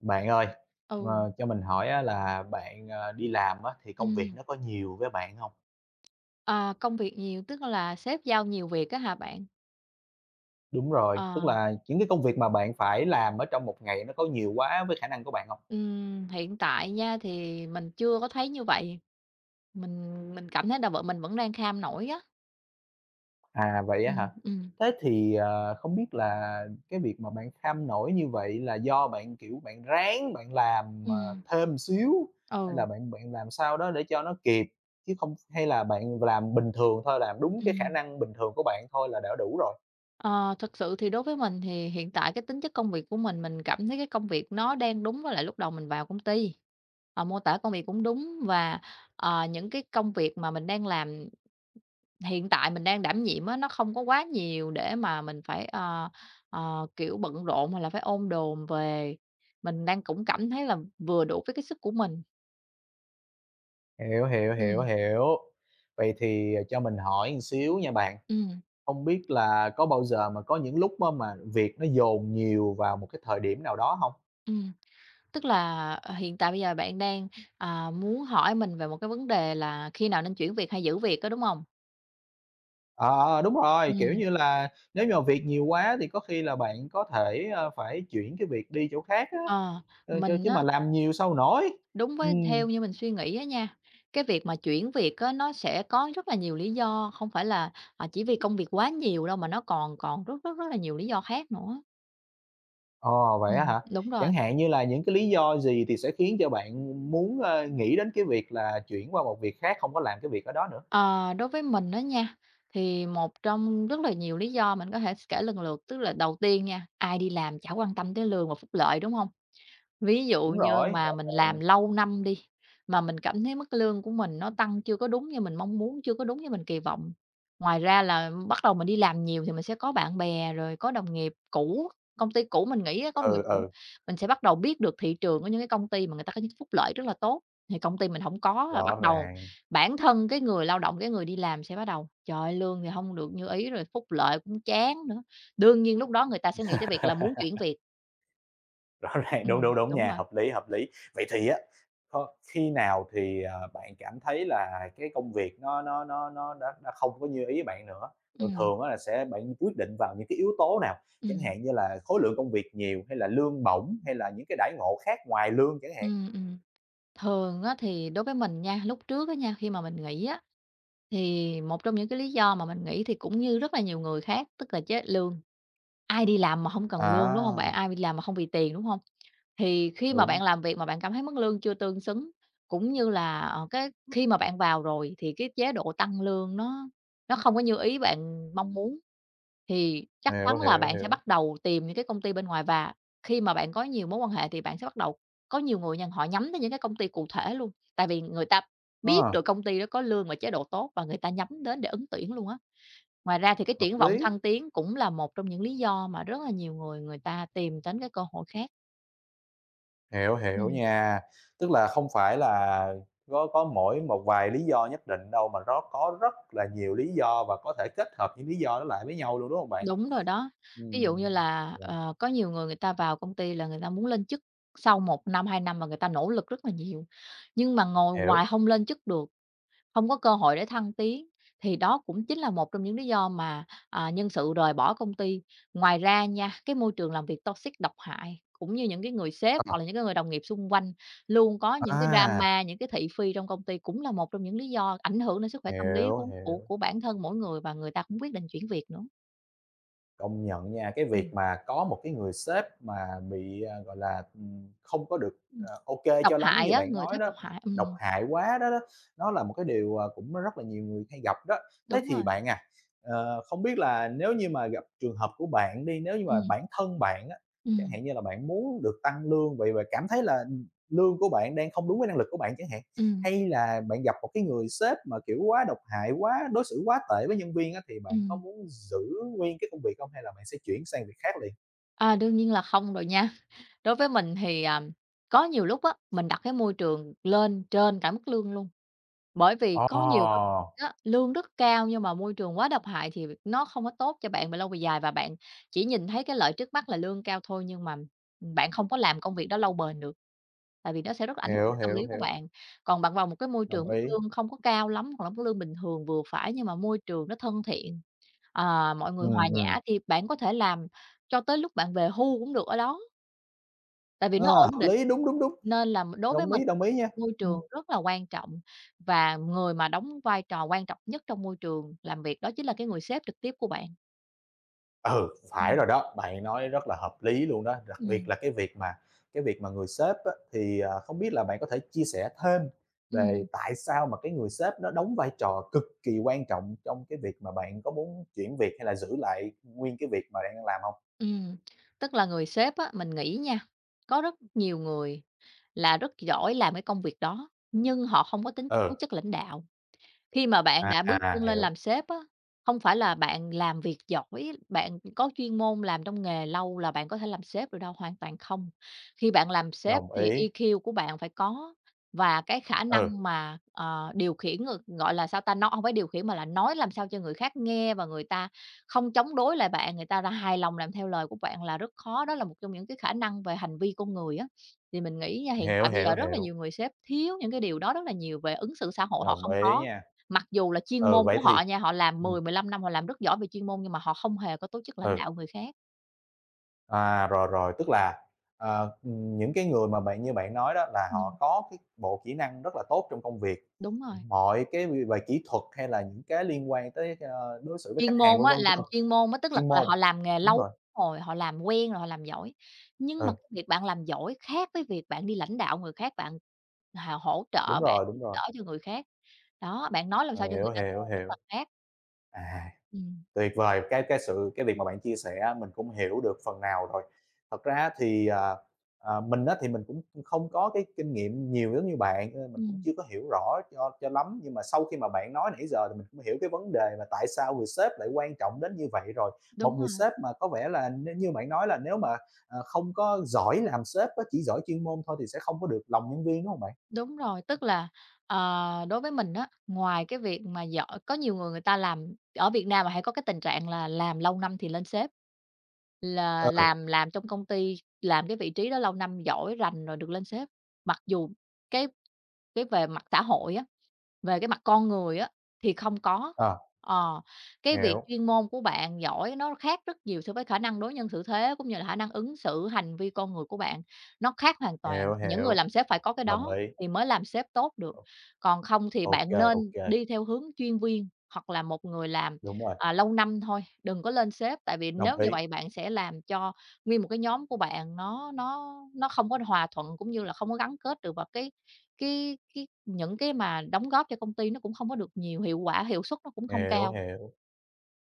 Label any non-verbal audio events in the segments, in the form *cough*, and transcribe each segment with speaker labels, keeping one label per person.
Speaker 1: Bạn ơi,
Speaker 2: Ừ,
Speaker 1: cho mình hỏi á là bạn, đi làm á thì công việc
Speaker 2: ừm,
Speaker 1: nó có nhiều với bạn không?
Speaker 2: ờ, công việc nhiều, tức là sếp giao nhiều việc á hả bạn?
Speaker 1: Đúng rồi.
Speaker 2: Ờ,
Speaker 1: Tức là những cái công việc mà bạn phải làm ở trong một ngày nó có nhiều quá với khả năng của bạn không?
Speaker 2: hiện tại nha thì mình chưa có thấy như vậy, mình cảm thấy là vợ mình vẫn đang kham nổi á.
Speaker 1: À, vậy á
Speaker 2: Ừm,
Speaker 1: hả?
Speaker 2: ừm,
Speaker 1: Thế thì, không biết là cái việc mà bạn kham nổi như vậy là do bạn, kiểu, bạn ráng bạn làm,
Speaker 2: ừm,
Speaker 1: thêm xíu hay
Speaker 2: ừ,
Speaker 1: là bạn bạn làm sao đó để cho nó kịp, chứ không hay là bạn làm bình thường thôi, làm đúng cái khả
Speaker 2: ừm.
Speaker 1: năng bình thường của bạn thôi là đã đủ rồi?
Speaker 2: Ờ, thực sự thì đối với mình thì hiện tại cái tính chất công việc của mình cảm thấy cái công việc nó đang đúng với lại lúc đầu mình vào công ty. Mô tả công việc cũng đúng và những cái công việc mà mình đang làm hiện tại mình đang đảm nhiệm á, nó không có quá nhiều để mà mình phải, kiểu, bận rộn hoặc là phải ôm đồm về. Mình đang cũng cảm thấy là vừa đủ với cái sức của mình.
Speaker 1: Hiểu, hiểu, hiểu,
Speaker 2: Ừm,
Speaker 1: hiểu. Vậy thì, cho mình hỏi một xíu nha bạn,
Speaker 2: ừm,
Speaker 1: không biết là có bao giờ mà có những lúc á mà việc nó dồn nhiều vào một cái thời điểm nào đó hông?
Speaker 2: ừm. Tức là, hiện tại bây giờ bạn đang, à, muốn hỏi mình về một cái vấn đề là khi nào nên chuyển việc hay giữ việc á, đúng không?
Speaker 1: Ờ, ờ, đúng rồi, kiểu
Speaker 2: Ừm.
Speaker 1: như là, nếu như mà việc nhiều quá thì có khi là bạn có thể, phải chuyển cái việc đi chỗ khác á,
Speaker 2: Ờ,
Speaker 1: chứ
Speaker 2: mình
Speaker 1: chứ
Speaker 2: á
Speaker 1: mà làm nhiều sao nổi.
Speaker 2: đúng với
Speaker 1: Ừm,
Speaker 2: theo như mình suy nghĩ á nha, cái việc mà chuyển việc á nó sẽ có rất là nhiều lý do, không phải là, à, chỉ vì công việc quá nhiều đâu mà nó còn còn rất, rất, rất là nhiều lý do khác nữa.
Speaker 1: ờ, vậy á
Speaker 2: Ừm.
Speaker 1: hả?
Speaker 2: Đúng rồi.
Speaker 1: Chẳng hạn như là những cái lý do gì thì sẽ khiến cho bạn muốn, nghĩ đến cái việc là chuyển qua một việc khác, không có làm cái việc ở đó nữa?
Speaker 2: Ờ, đối với mình đó nha, thì một trong rất là nhiều lý do mình có thể kể lần lượt, tức là đầu tiên nha, ai đi làm chả quan tâm tới lương và phúc lợi, đúng không? Ví dụ
Speaker 1: Đúng
Speaker 2: như
Speaker 1: rồi, rõ
Speaker 2: mà mình làm
Speaker 1: ràng.
Speaker 2: lâu năm đi, mà mình cảm thấy mức lương của mình nó tăng chưa có đúng như mình mong muốn, chưa có đúng như mình kỳ vọng. Ngoài ra là bắt đầu mình đi làm nhiều thì mình sẽ có bạn bè, rồi có đồng nghiệp cũ, công ty cũ mình nghĩ á, có đồng nghiệp
Speaker 1: Ừ,
Speaker 2: cũ,
Speaker 1: ừ,
Speaker 2: mình sẽ bắt đầu biết được thị trường của những cái công ty mà người ta có những phúc lợi rất là tốt, thì công ty mình không có là
Speaker 1: rõ
Speaker 2: bắt đầu
Speaker 1: ràng,
Speaker 2: bản thân cái người lao động, cái người đi làm sẽ bắt đầu "Trời ơi, lương thì không được như ý rồi phúc lợi cũng chán nữa." Đương nhiên lúc đó người ta sẽ nghĩ tới việc là muốn
Speaker 1: *laughs*
Speaker 2: chuyển việc.
Speaker 1: rõ ràng, đúng, đúng, đúng
Speaker 2: Đúng
Speaker 1: nha,
Speaker 2: rồi.
Speaker 1: hợp lý, hợp lý. Vậy thì á, có khi nào thì, bạn cảm thấy là cái công việc nó đã không có như ý bạn nữa? Thường
Speaker 2: Ừm,
Speaker 1: thường á là sẽ bạn quyết định vào những cái yếu tố nào? Chẳng
Speaker 2: ừm.
Speaker 1: hạn như là khối lượng công việc nhiều, hay là lương bổng, hay là những cái đãi ngộ khác ngoài lương chẳng hạn?
Speaker 2: Ừm, ừm. Thường á thì đối với mình nha, lúc trước á nha, khi mà mình nghỉ á, thì một trong những cái lý do mà mình nghỉ thì cũng như rất là nhiều người khác, tức là chế lương. Ai đi làm mà không cần lương, đúng không bạn?
Speaker 1: À,
Speaker 2: Ai đi làm mà không vì tiền, đúng không? Thì khi mà
Speaker 1: đúng,
Speaker 2: bạn làm việc mà bạn cảm thấy mức lương chưa tương xứng, cũng như là, cái khi mà bạn vào rồi thì cái chế độ tăng lương nó không có như ý bạn mong muốn, thì chắc chắn
Speaker 1: hiểu,
Speaker 2: là
Speaker 1: hiểu,
Speaker 2: bạn sẽ
Speaker 1: hiểu.
Speaker 2: bắt đầu tìm những cái công ty bên ngoài. Và khi mà bạn có nhiều mối quan hệ thì bạn sẽ bắt đầu có nhiều người nha, họ nhắm tới những cái công ty cụ thể luôn, tại vì người ta biết
Speaker 1: Ờ,
Speaker 2: được công ty đó có lương và chế độ tốt và người ta nhắm đến để ứng tuyển luôn á. Ngoài ra thì cái
Speaker 1: hợp
Speaker 2: triển vọng
Speaker 1: lý.
Speaker 2: thăng tiến cũng là một trong những lý do mà rất là nhiều người người ta tìm đến cái cơ hội khác.
Speaker 1: Hiểu, hiểu
Speaker 2: Ừm,
Speaker 1: nha. Tức là không phải là có mỗi một vài lý do nhất định đâu, mà nó có rất là nhiều lý do và có thể kết hợp những lý do đó lại với nhau luôn, đúng không bạn?
Speaker 2: đúng rồi đó. Ví dụ như
Speaker 1: Ừm,
Speaker 2: là, có nhiều người người ta vào công ty là người ta muốn lên chức sau 1 năm, 2 năm mà người ta nỗ lực rất là nhiều, nhưng mà ngồi
Speaker 1: hiểu.
Speaker 2: hoài không lên chức được. Không có cơ hội để thăng tiến, thì đó cũng chính là một trong những lý do mà, à, nhân sự rời bỏ công ty. Ngoài ra nha, cái môi trường làm việc toxic độc hại, cũng như những cái người sếp
Speaker 1: Ờ,
Speaker 2: hoặc là những cái người đồng nghiệp xung quanh luôn có những cái
Speaker 1: à,
Speaker 2: drama, những cái thị phi trong công ty cũng là một trong những lý do ảnh hưởng đến sức khỏe tâm lý
Speaker 1: hiểu,
Speaker 2: của của
Speaker 1: hiểu.
Speaker 2: của bản thân mỗi người và người ta cũng quyết định chuyển việc nữa.
Speaker 1: Công nhận nha, cái
Speaker 2: Ừm,
Speaker 1: việc mà có một cái người sếp mà bị, gọi là, không có được,
Speaker 2: ừm,
Speaker 1: ô
Speaker 2: độc
Speaker 1: cho lắm
Speaker 2: hại
Speaker 1: như
Speaker 2: á,
Speaker 1: bạn
Speaker 2: người
Speaker 1: nói
Speaker 2: sếp
Speaker 1: đó,
Speaker 2: độc hại,
Speaker 1: độc hại quá đó đó, nó là một cái điều, cũng rất là nhiều người hay gặp đó. Thế
Speaker 2: đúng
Speaker 1: thì
Speaker 2: rồi,
Speaker 1: bạn à, không biết là nếu như mà gặp trường hợp của bạn đi, nếu như mà
Speaker 2: ừm,
Speaker 1: bản thân bạn á, chẳng
Speaker 2: ừm,
Speaker 1: hạn như là bạn muốn được tăng lương vậy và cảm thấy là, lương của bạn đang không đúng với năng lực của bạn chẳng hạn
Speaker 2: ừm,
Speaker 1: hay là bạn gặp một cái người sếp mà, kiểu, quá độc hại, quá đối xử quá tệ với nhân viên á, thì bạn có
Speaker 2: ừm.
Speaker 1: muốn giữ nguyên cái công việc không hay là bạn sẽ chuyển sang việc khác liền?
Speaker 2: À, đương nhiên là không rồi nha. Đối với mình thì, à, có nhiều lúc á, mình đặt cái môi trường lên trên cả mức lương luôn, bởi vì có nhiều công
Speaker 1: Ờ,
Speaker 2: việc á, lương rất cao nhưng mà môi trường quá độc hại thì nó không có tốt cho bạn về lâu về dài và bạn chỉ nhìn thấy cái lợi trước mắt là lương cao thôi nhưng mà, bạn không có làm công việc đó lâu bền được, tại vì nó sẽ rất là ảnh hưởng
Speaker 1: hiểu,
Speaker 2: đến tâm lý
Speaker 1: hiểu,
Speaker 2: của
Speaker 1: hiểu,
Speaker 2: bạn. Còn bạn vào một cái môi trường
Speaker 1: đồng
Speaker 2: mức
Speaker 1: ý.
Speaker 2: lương không có cao lắm hoặc là mức lương bình thường vừa phải nhưng mà môi trường nó thân thiện, à, mọi người hòa
Speaker 1: Ừm, ừm.
Speaker 2: nhã thì bạn có thể làm cho tới lúc bạn về hưu cũng được ở đó. Tại vì nó
Speaker 1: Ờ,
Speaker 2: ổn
Speaker 1: hợp
Speaker 2: định,
Speaker 1: lý, đúng, đúng, đúng,
Speaker 2: nên là đối với mình
Speaker 1: đồng ý nha.
Speaker 2: môi trường
Speaker 1: Ừm.
Speaker 2: rất là quan trọng và người mà đóng vai trò quan trọng nhất trong môi trường làm việc đó chính là cái người sếp trực tiếp của bạn.
Speaker 1: Ừ, phải
Speaker 2: Ừm,
Speaker 1: rồi đó, bạn nói rất là hợp lý luôn đó, đặc biệt
Speaker 2: ừm,
Speaker 1: là cái việc mà người sếp á, thì, không biết là bạn có thể chia sẻ thêm về
Speaker 2: ừm,
Speaker 1: tại sao mà cái người sếp nó đóng vai trò cực kỳ quan trọng trong cái việc mà bạn có muốn chuyển việc hay là giữ lại nguyên cái việc mà bạn đang làm không?
Speaker 2: ừm. Tức là người sếp á, mình nghĩ nha, có rất nhiều người là rất giỏi làm cái công việc đó, nhưng họ không có tính tố
Speaker 1: Ừ,
Speaker 2: chất lãnh đạo. Khi mà bạn
Speaker 1: à,
Speaker 2: đã bước
Speaker 1: à,
Speaker 2: chân lên
Speaker 1: hiểu,
Speaker 2: làm sếp á, không phải là bạn làm việc giỏi, bạn có chuyên môn làm trong nghề lâu là bạn có thể làm sếp được đâu, hoàn toàn không. Khi bạn làm sếp
Speaker 1: đồng
Speaker 2: thì
Speaker 1: ý.
Speaker 2: EQ của bạn phải có và cái khả
Speaker 1: Ừ,
Speaker 2: năng mà, điều khiển, gọi là, sao ta, nó không phải điều khiển mà là nói làm sao cho người khác nghe và người ta không chống đối lại bạn, người ta ra hài lòng làm theo lời của bạn là rất khó. Đó là một trong những cái khả năng về hành vi con người á, thì mình nghĩ nha, hiện
Speaker 1: hiểu,
Speaker 2: tại bây giờ
Speaker 1: hiểu,
Speaker 2: rất là
Speaker 1: hiểu,
Speaker 2: nhiều người sếp thiếu những cái điều đó rất là nhiều, về ứng xử xã hội họ
Speaker 1: đồng
Speaker 2: không
Speaker 1: ý
Speaker 2: có.
Speaker 1: nha.
Speaker 2: Mặc dù là chuyên
Speaker 1: Ừ,
Speaker 2: môn
Speaker 1: vậy
Speaker 2: của
Speaker 1: thì
Speaker 2: họ nha, họ làm
Speaker 1: ừm,
Speaker 2: 10, 15 năm, họ làm rất giỏi về chuyên môn nhưng mà họ không hề có tố chất lãnh đạo
Speaker 1: ừ.
Speaker 2: người khác.
Speaker 1: À, rồi, rồi, tức là, ờ, những cái người mà bạn như bạn nói đó là
Speaker 2: Ừm,
Speaker 1: họ có cái bộ kỹ năng rất là tốt trong công việc,
Speaker 2: đúng rồi.
Speaker 1: mọi cái về kỹ thuật hay là những cái liên quan tới, đối xử với khách
Speaker 2: Chuyên
Speaker 1: hàng
Speaker 2: môn
Speaker 1: vân
Speaker 2: á,
Speaker 1: vân,
Speaker 2: làm
Speaker 1: vân
Speaker 2: chuyên môn á, tức là
Speaker 1: chuyên
Speaker 2: là
Speaker 1: môn.
Speaker 2: họ làm nghề
Speaker 1: Đúng
Speaker 2: lâu
Speaker 1: rồi,
Speaker 2: rồi, họ làm quen rồi, họ làm giỏi. Nhưng mà
Speaker 1: ừ,
Speaker 2: cái việc bạn làm giỏi khác với việc bạn đi lãnh đạo người khác, bạn hỗ trợ, bạn
Speaker 1: đúng
Speaker 2: giúp
Speaker 1: rồi,
Speaker 2: đỡ cho người khác. Đó, bạn nói làm sao
Speaker 1: Ờ,
Speaker 2: cho
Speaker 1: hiểu,
Speaker 2: người ta nghe
Speaker 1: hiểu,
Speaker 2: rất
Speaker 1: hiểu,
Speaker 2: là khác.
Speaker 1: à.
Speaker 2: Ừm,
Speaker 1: Tuyệt vời, cái việc mà bạn chia sẻ mình cũng hiểu được phần nào rồi. Thật ra thì, mình á thì mình cũng không có cái kinh nghiệm nhiều giống như bạn, cho nên mình cũng
Speaker 2: ừm,
Speaker 1: chưa có hiểu rõ cho lắm, nhưng mà sau khi mà bạn nói nãy giờ thì mình cũng hiểu cái vấn đề mà tại sao người sếp lại quan trọng đến như vậy rồi. Một
Speaker 2: đúng
Speaker 1: người
Speaker 2: rồi.
Speaker 1: sếp mà có vẻ là như bạn nói là nếu mà, không có giỏi làm sếp á, chỉ giỏi chuyên môn thôi thì sẽ không có được lòng nhân viên, đúng không bạn?
Speaker 2: Đúng rồi, tức là, đối với mình á, ngoài cái việc mà giỏi có nhiều người người ta làm ở Việt Nam mà hay có cái tình trạng là làm lâu năm thì lên sếp, là
Speaker 1: Ừ,
Speaker 2: làm trong công ty, làm cái vị trí đó lâu năm giỏi, rành rồi được lên sếp. Mặc dù cái cái về mặt xã hội á, về cái mặt con người á, thì không có.
Speaker 1: ờ,
Speaker 2: Ờ, cái việc
Speaker 1: hiểu,
Speaker 2: chuyên môn của bạn giỏi nó khác rất nhiều so với khả năng đối nhân xử thế, cũng như là khả năng ứng xử, hành vi con người của bạn, nó khác hoàn toàn.
Speaker 1: hiểu,
Speaker 2: Những người
Speaker 1: hiểu,
Speaker 2: làm sếp phải có cái
Speaker 1: đồng
Speaker 2: đó
Speaker 1: ý.
Speaker 2: thì mới làm sếp tốt được,
Speaker 1: Ô
Speaker 2: còn không thì
Speaker 1: ok
Speaker 2: bạn nên
Speaker 1: kê,
Speaker 2: đi theo hướng chuyên viên hoặc là một người làm,
Speaker 1: đúng rồi,
Speaker 2: à, lâu năm thôi, đừng có lên sếp, tại vì nếu
Speaker 1: đồng
Speaker 2: như
Speaker 1: ý.
Speaker 2: vậy bạn sẽ làm cho nguyên một cái nhóm của bạn nó không có hòa thuận, cũng như là không có gắn kết được vào cái những cái mà đóng góp cho công ty nó cũng không có được nhiều, hiệu quả, hiệu suất nó cũng không
Speaker 1: Hiểu,
Speaker 2: cao.
Speaker 1: hiểu,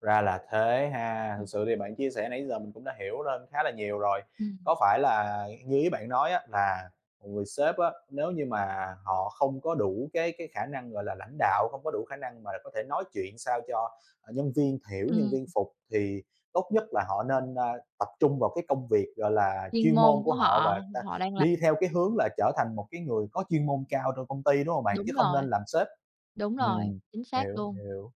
Speaker 1: ra là thế ha. Thực
Speaker 2: Ừm,
Speaker 1: sự thì bạn chia sẻ nãy giờ mình cũng đã hiểu lên khá là nhiều rồi.
Speaker 2: ừm,
Speaker 1: Có phải là như ý bạn nói á, là một người sếp á, nếu như mà họ không có đủ cái khả năng, gọi là, lãnh đạo, không có đủ khả năng mà có thể nói chuyện sao cho, nhân viên hiểu, nhân
Speaker 2: Ừm.
Speaker 1: viên phục thì tốt nhất là họ nên, tập trung vào cái công việc, gọi là,
Speaker 2: Chuyên
Speaker 1: chuyên
Speaker 2: môn
Speaker 1: môn
Speaker 2: của
Speaker 1: của họ và
Speaker 2: họ
Speaker 1: ta
Speaker 2: họ đang làm
Speaker 1: đi theo cái hướng là trở thành một cái người có chuyên môn cao trong công ty, đúng không bạn?
Speaker 2: đúng
Speaker 1: Chứ không
Speaker 2: rồi,
Speaker 1: nên làm sếp.
Speaker 2: đúng rồi,
Speaker 1: Ừm,
Speaker 2: chính xác
Speaker 1: hiểu,
Speaker 2: luôn.
Speaker 1: hiểu.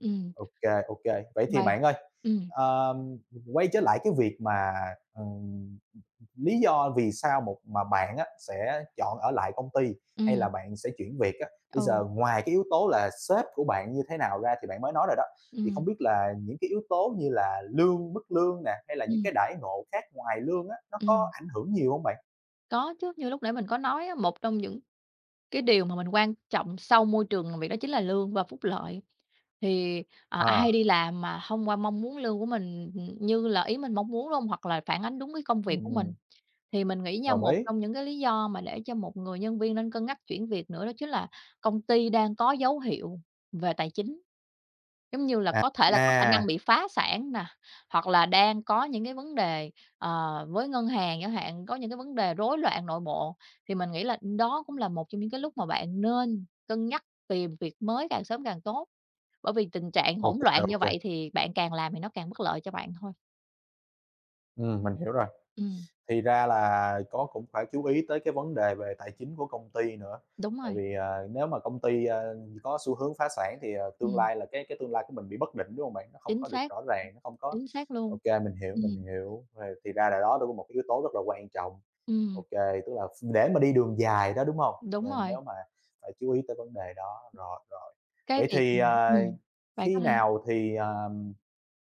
Speaker 2: Ừm,
Speaker 1: OK OK. Vậy thì
Speaker 2: và
Speaker 1: bạn ơi,
Speaker 2: ừm,
Speaker 1: ờm, quay trở lại cái việc mà, ừm, lý do vì sao một mà bạn á sẽ chọn ở lại công ty hay
Speaker 2: ừm,
Speaker 1: là bạn sẽ chuyển việc á, bây
Speaker 2: ừ,
Speaker 1: giờ ngoài cái yếu tố là sếp của bạn như thế nào ra thì bạn mới nói rồi đó, thì
Speaker 2: ừm,
Speaker 1: không biết là những cái yếu tố như là lương, mức lương nè, hay là những
Speaker 2: ừm,
Speaker 1: cái đãi ngộ khác ngoài lương á, nó có
Speaker 2: ừm,
Speaker 1: ảnh hưởng nhiều không bạn?
Speaker 2: có chứ, như lúc nãy mình có nói á, một trong những cái điều mà mình quan trọng sau môi trường làm việc đó chính là lương và phúc lợi. Thì, à,
Speaker 1: Ờ,
Speaker 2: ai đi làm mà hông qua mong muốn lương của mình, như là ý mình mong muốn, đúng hông? Hoặc là phản ánh đúng cái công việc của mình.
Speaker 1: ừm,
Speaker 2: Thì mình nghĩ nha,
Speaker 1: đồng
Speaker 2: một
Speaker 1: ý.
Speaker 2: trong những cái lý do mà để cho một người nhân viên nên cân nhắc chuyển việc nữa đó chính là công ty đang có dấu hiệu về tài chính. Giống như là
Speaker 1: À,
Speaker 2: có thể là có khả năng bị phá sản nè, hoặc là đang có những cái vấn đề, với ngân hàng chẳng hạn, có những cái vấn đề rối loạn nội bộ, thì mình nghĩ là đó cũng là một trong những cái lúc mà bạn nên cân nhắc tìm việc mới càng sớm càng tốt, bởi vì tình trạng
Speaker 1: ô
Speaker 2: hỗn
Speaker 1: OK
Speaker 2: loạn
Speaker 1: ô
Speaker 2: như
Speaker 1: kê.
Speaker 2: vậy thì bạn càng làm thì nó càng bất lợi cho bạn thôi.
Speaker 1: Mình hiểu rồi.
Speaker 2: Ừm,
Speaker 1: Thì ra là có cũng phải chú ý tới cái vấn đề về tài chính của công ty nữa,
Speaker 2: đúng
Speaker 1: tại
Speaker 2: rồi,
Speaker 1: vì, nếu mà công ty, có xu hướng phá sản thì, tương
Speaker 2: ừm,
Speaker 1: lai là cái tương lai của mình bị bất định, đúng không bạn? Nó không
Speaker 2: chính
Speaker 1: có được
Speaker 2: xác.
Speaker 1: rõ ràng, nó không có.
Speaker 2: Chính xác luôn.
Speaker 1: OK, mình
Speaker 2: Ừm,
Speaker 1: hiểu, rồi thì ra là đó cũng một cái yếu tố rất là quan trọng.
Speaker 2: ừm,
Speaker 1: OK, tức là để mà đi đường dài đó, đúng không?
Speaker 2: đúng
Speaker 1: Ờ,
Speaker 2: rồi.
Speaker 1: nếu mà phải chú ý tới vấn đề đó, rồi, rồi.
Speaker 2: Cái
Speaker 1: Vậy
Speaker 2: việc
Speaker 1: thì,
Speaker 2: bạn có
Speaker 1: khi
Speaker 2: thể
Speaker 1: nào thì, ờm,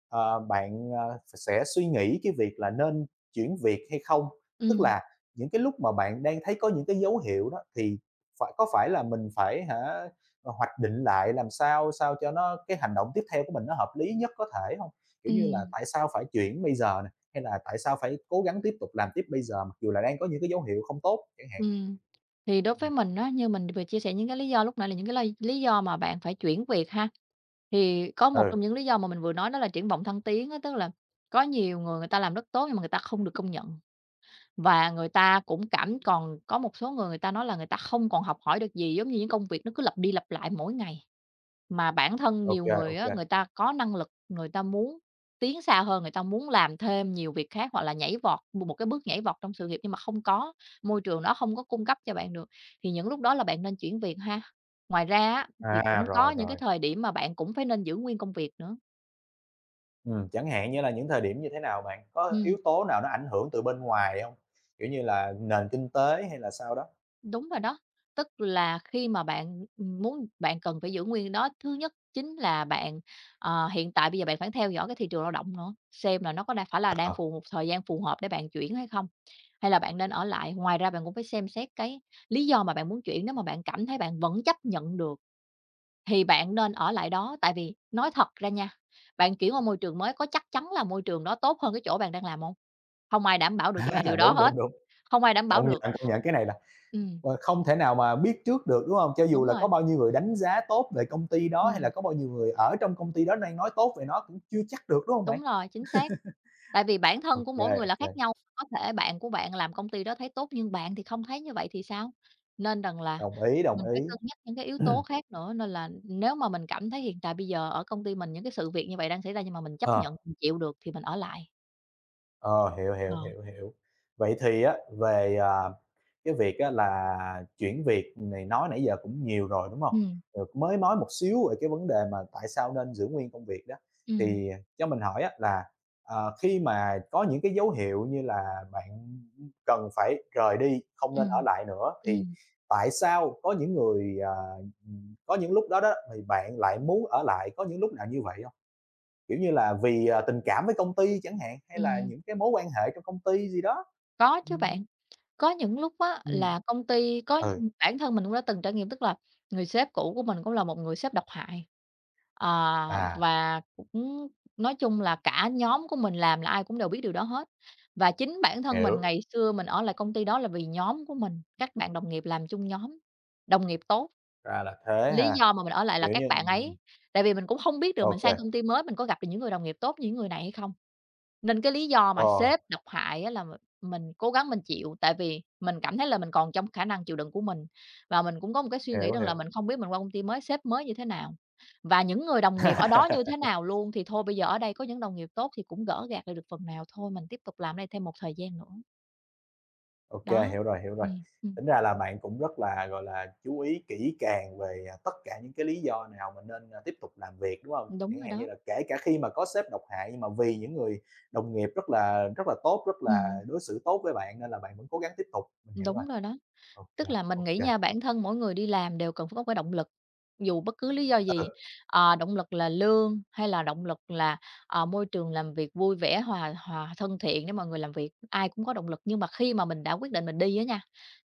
Speaker 1: ờ, bạn, sẽ suy nghĩ cái việc là nên chuyển việc hay không? Tức
Speaker 2: ừm,
Speaker 1: là những cái lúc mà bạn đang thấy có những cái dấu hiệu đó thì phải có phải là mình phải hả, hoạch định lại làm sao sao cho nó cái hành động tiếp theo của mình nó hợp lý nhất có thể không? Kiểu như là,
Speaker 2: ừm,
Speaker 1: tại sao phải chuyển bây giờ nè? Hay là tại sao phải cố gắng tiếp tục làm tiếp bây giờ mặc dù là đang có những cái dấu hiệu không tốt chẳng hạn?
Speaker 2: ừm. Thì đối với
Speaker 1: Ừm,
Speaker 2: mình á, như mình vừa chia sẻ những cái lý do lúc nãy là những cái lý do mà bạn phải chuyển việc ha. Thì có một trong
Speaker 1: ừ,
Speaker 2: những lý do mà mình vừa nói đó là triển vọng thăng tiến á, tức là có nhiều người người ta làm rất tốt nhưng mà người ta không được công nhận, và người ta cũng cảm còn có một số người người ta nói là người ta không còn học hỏi được gì, giống như những công việc nó cứ lặp đi lặp lại mỗi ngày. Mà bản thân
Speaker 1: ok,
Speaker 2: nhiều người á, người
Speaker 1: ok.
Speaker 2: ta có năng lực, người ta muốn tiến xa hơn, người ta muốn làm thêm nhiều việc khác hoặc là nhảy vọt, một cái bước nhảy vọt trong sự nghiệp nhưng mà không có, môi trường đó không có cung cấp cho bạn được, thì những lúc đó là bạn nên chuyển việc ha. Ngoài ra á, thì
Speaker 1: À,
Speaker 2: cũng có
Speaker 1: rồi,
Speaker 2: những cái
Speaker 1: rồi.
Speaker 2: thời điểm mà bạn cũng phải nên giữ nguyên công việc nữa.
Speaker 1: Chẳng hạn như là những thời điểm như thế nào bạn? Có
Speaker 2: Ừm.
Speaker 1: yếu tố nào nó ảnh hưởng từ bên ngoài không? Kiểu như là nền kinh tế hay là sao đó?
Speaker 2: Đúng rồi đó. Tức là khi mà bạn, bạn cần phải giữ nguyên đó, thứ nhất chính là bạn, hiện tại bây giờ bạn phải theo dõi cái thị trường lao động nữa, xem là nó có đang phải là đang
Speaker 1: Ờ,
Speaker 2: một thời gian phù hợp để bạn chuyển hay không, hay là bạn nên ở lại. Ngoài ra bạn cũng phải xem xét cái lý do mà bạn muốn chuyển, nếu mà bạn cảm thấy bạn vẫn chấp nhận được thì bạn nên ở lại đó. Tại vì nói thật ra nha, bạn chuyển qua môi trường mới có chắc chắn là môi trường đó tốt hơn cái chỗ bạn đang làm không, không ai đảm bảo được cho bạn điều
Speaker 1: *laughs*
Speaker 2: đó
Speaker 1: đúng,
Speaker 2: hết,
Speaker 1: đúng, đúng,
Speaker 2: không ai đảm bảo được.
Speaker 1: công nhận cái này là,
Speaker 2: Ừ.
Speaker 1: không thể nào mà biết trước được, đúng không? Cho dù
Speaker 2: Đúng
Speaker 1: là
Speaker 2: rồi,
Speaker 1: có bao nhiêu người đánh giá tốt về công ty đó, hay
Speaker 2: ừm,
Speaker 1: là có bao nhiêu người ở trong công ty đó đang nói tốt về nó cũng chưa chắc được, đúng không
Speaker 2: đúng
Speaker 1: bạn?
Speaker 2: rồi, chính xác. Tại vì bản thân
Speaker 1: Ok
Speaker 2: của mỗi người là khác
Speaker 1: ok.
Speaker 2: nhau, có thể bạn của bạn làm công ty đó thấy tốt nhưng bạn thì không thấy như vậy thì sao? Nên rằng là
Speaker 1: Đồng ý, đồng
Speaker 2: mình phải
Speaker 1: ý.
Speaker 2: cân nhắc những cái yếu
Speaker 1: *clears throat*
Speaker 2: tố khác nữa, nên là nếu mà mình cảm thấy hiện tại bây giờ ở công ty mình những cái sự việc như vậy đang xảy ra nhưng mà mình chấp
Speaker 1: Ờ.
Speaker 2: nhận, mình chịu được thì mình ở lại.
Speaker 1: Ờ, hiểu,
Speaker 2: Ờ,
Speaker 1: hiểu, hiểu, hiểu. Vậy thì á, về, cái việc á là chuyển việc này nói nãy giờ cũng nhiều rồi, đúng không?
Speaker 2: ừm,
Speaker 1: Rồi mới nói một xíu về cái vấn đề mà tại sao nên giữ nguyên công việc đó,
Speaker 2: ừm,
Speaker 1: thì cho mình hỏi á là, khi mà có những cái dấu hiệu như là bạn cần phải rời đi, không nên ở
Speaker 2: ừm,
Speaker 1: lại nữa, thì
Speaker 2: ừm,
Speaker 1: tại sao có những người, có những lúc đó đó thì bạn lại muốn ở lại, có những lúc nào như vậy không? Kiểu như là vì, tình cảm với công ty chẳng hạn, hay là
Speaker 2: ừm,
Speaker 1: những cái mối quan hệ trong công ty gì đó.
Speaker 2: có chứ
Speaker 1: Ừm,
Speaker 2: bạn. Có những lúc á
Speaker 1: ừm,
Speaker 2: là công ty có,
Speaker 1: ừ,
Speaker 2: bản thân mình cũng đã từng trải nghiệm, tức là người sếp cũ của mình cũng là một người sếp độc hại. Ờ,
Speaker 1: à,
Speaker 2: và cũng nói chung là cả nhóm của mình làm là ai cũng đều biết điều đó hết. Và chính bản thân mình
Speaker 1: hiểu,
Speaker 2: ngày xưa mình ở lại công ty đó là vì nhóm của mình, các bạn đồng nghiệp làm chung nhóm, đồng nghiệp tốt.
Speaker 1: ra là thế
Speaker 2: Lý
Speaker 1: ha,
Speaker 2: do mà mình ở lại là
Speaker 1: kiểu
Speaker 2: các
Speaker 1: như
Speaker 2: bạn ấy, tại vì mình cũng không biết được mình sang công ty mới mình có gặp được những người đồng nghiệp tốt như những người này hay không. Nên cái lý do mà
Speaker 1: ok,
Speaker 2: sếp độc hại á là mình cố gắng mình chịu, tại vì mình cảm thấy là mình còn trong khả năng chịu đựng của mình. Và mình cũng có một cái suy
Speaker 1: ờ,
Speaker 2: nghĩ
Speaker 1: hiểu,
Speaker 2: rằng là
Speaker 1: hiểu.
Speaker 2: mình không biết mình qua công ty mới, sếp mới như thế nào, và những người đồng nghiệp ở đó như thế
Speaker 1: *laughs*
Speaker 2: nào luôn, thì thôi bây giờ ở đây có những đồng nghiệp tốt thì cũng gỡ gạc lại được phần nào thôi, mình tiếp tục làm đây thêm một thời gian nữa.
Speaker 1: Ok
Speaker 2: Đó,
Speaker 1: hiểu rồi, hiểu rồi.
Speaker 2: ừm, ừm,
Speaker 1: Tính ra là bạn cũng rất là, gọi là, chú ý kỹ càng về, tất cả những cái lý do nào mà nên, tiếp tục làm việc, đúng không?
Speaker 2: đúng
Speaker 1: Chẳng
Speaker 2: rồi
Speaker 1: hạn như
Speaker 2: đó,
Speaker 1: là kể cả khi mà có sếp độc hại nhưng mà vì những người đồng nghiệp rất là tốt, rất
Speaker 2: ừm,
Speaker 1: là đối xử tốt với bạn nên là bạn vẫn cố gắng tiếp tục, mình hiểu rồi.
Speaker 2: đúng rồi đó.
Speaker 1: Ok
Speaker 2: Tức
Speaker 1: ok.
Speaker 2: là mình nghĩ nha, bản thân mỗi người đi làm đều cần phải có cái động lực, dù bất cứ lý do
Speaker 1: Ừ,
Speaker 2: gì, động lực là lương hay là động lực là, môi trường làm việc vui vẻ, hòa hòa thân thiện để mọi người làm việc, ai cũng có động lực. Nhưng mà khi mà mình đã quyết định mình đi á nha,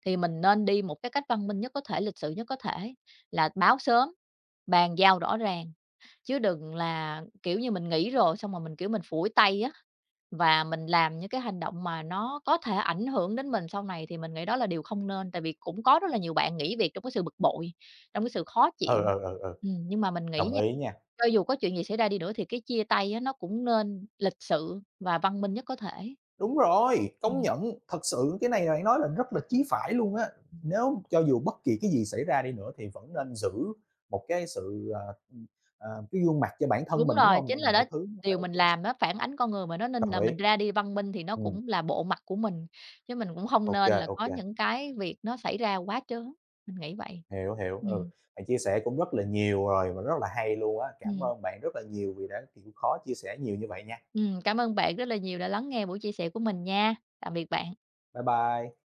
Speaker 2: thì mình nên đi một cái cách văn minh nhất có thể, lịch sự nhất có thể, là báo sớm, bàn giao rõ ràng. Chứ đừng là, kiểu như, mình nghĩ rồi xong rồi mình, kiểu, mình phủi tay á, và mình làm những cái hành động mà nó có thể ảnh hưởng đến mình sau này thì mình nghĩ đó là điều không nên. Tại vì cũng có rất là nhiều bạn nghỉ việc trong cái sự bực bội, trong cái sự khó
Speaker 1: ừ,
Speaker 2: chịu.
Speaker 1: ừ, ừ, ừ,
Speaker 2: Nhưng mà mình nghĩ
Speaker 1: đồng
Speaker 2: nha,
Speaker 1: ý nha.
Speaker 2: cho dù có chuyện gì xảy ra đi nữa thì cái chia tay á, nó cũng nên lịch sự và văn minh nhất có thể.
Speaker 1: Đúng rồi, công
Speaker 2: Ừm.
Speaker 1: nhận, thật sự cái này là bạn nói là rất là chí phải luôn á. Nếu cho dù bất kỳ cái gì xảy ra đi nữa thì vẫn nên giữ một cái sự, cái gương mặt cho bản thân
Speaker 2: Đúng
Speaker 1: mình, đúng
Speaker 2: rồi,
Speaker 1: không?
Speaker 2: chính
Speaker 1: Mọi
Speaker 2: là đó,
Speaker 1: mọi thứ nó phải
Speaker 2: điều
Speaker 1: ok
Speaker 2: mình
Speaker 1: kê.
Speaker 2: làm nó phản ánh con người mà, nó nên
Speaker 1: Đồng
Speaker 2: là
Speaker 1: ý,
Speaker 2: mình ra đi văn minh thì nó
Speaker 1: ừm,
Speaker 2: cũng là bộ mặt của mình, chứ mình cũng không
Speaker 1: ok
Speaker 2: nên là có
Speaker 1: kê,
Speaker 2: những cái việc nó xảy ra quá trớn, mình nghĩ vậy.
Speaker 1: hiểu, hiểu, ừ.
Speaker 2: Ừm,
Speaker 1: Bạn chia sẻ cũng rất là nhiều rồi và rất là hay luôn á. Cảm
Speaker 2: ừm,
Speaker 1: ơn bạn rất là nhiều vì đã chịu khó chia sẻ nhiều như vậy nha.
Speaker 2: cảm ơn bạn rất là nhiều đã lắng nghe buổi chia sẻ của mình nha. Tạm biệt bạn.
Speaker 1: Bye bye.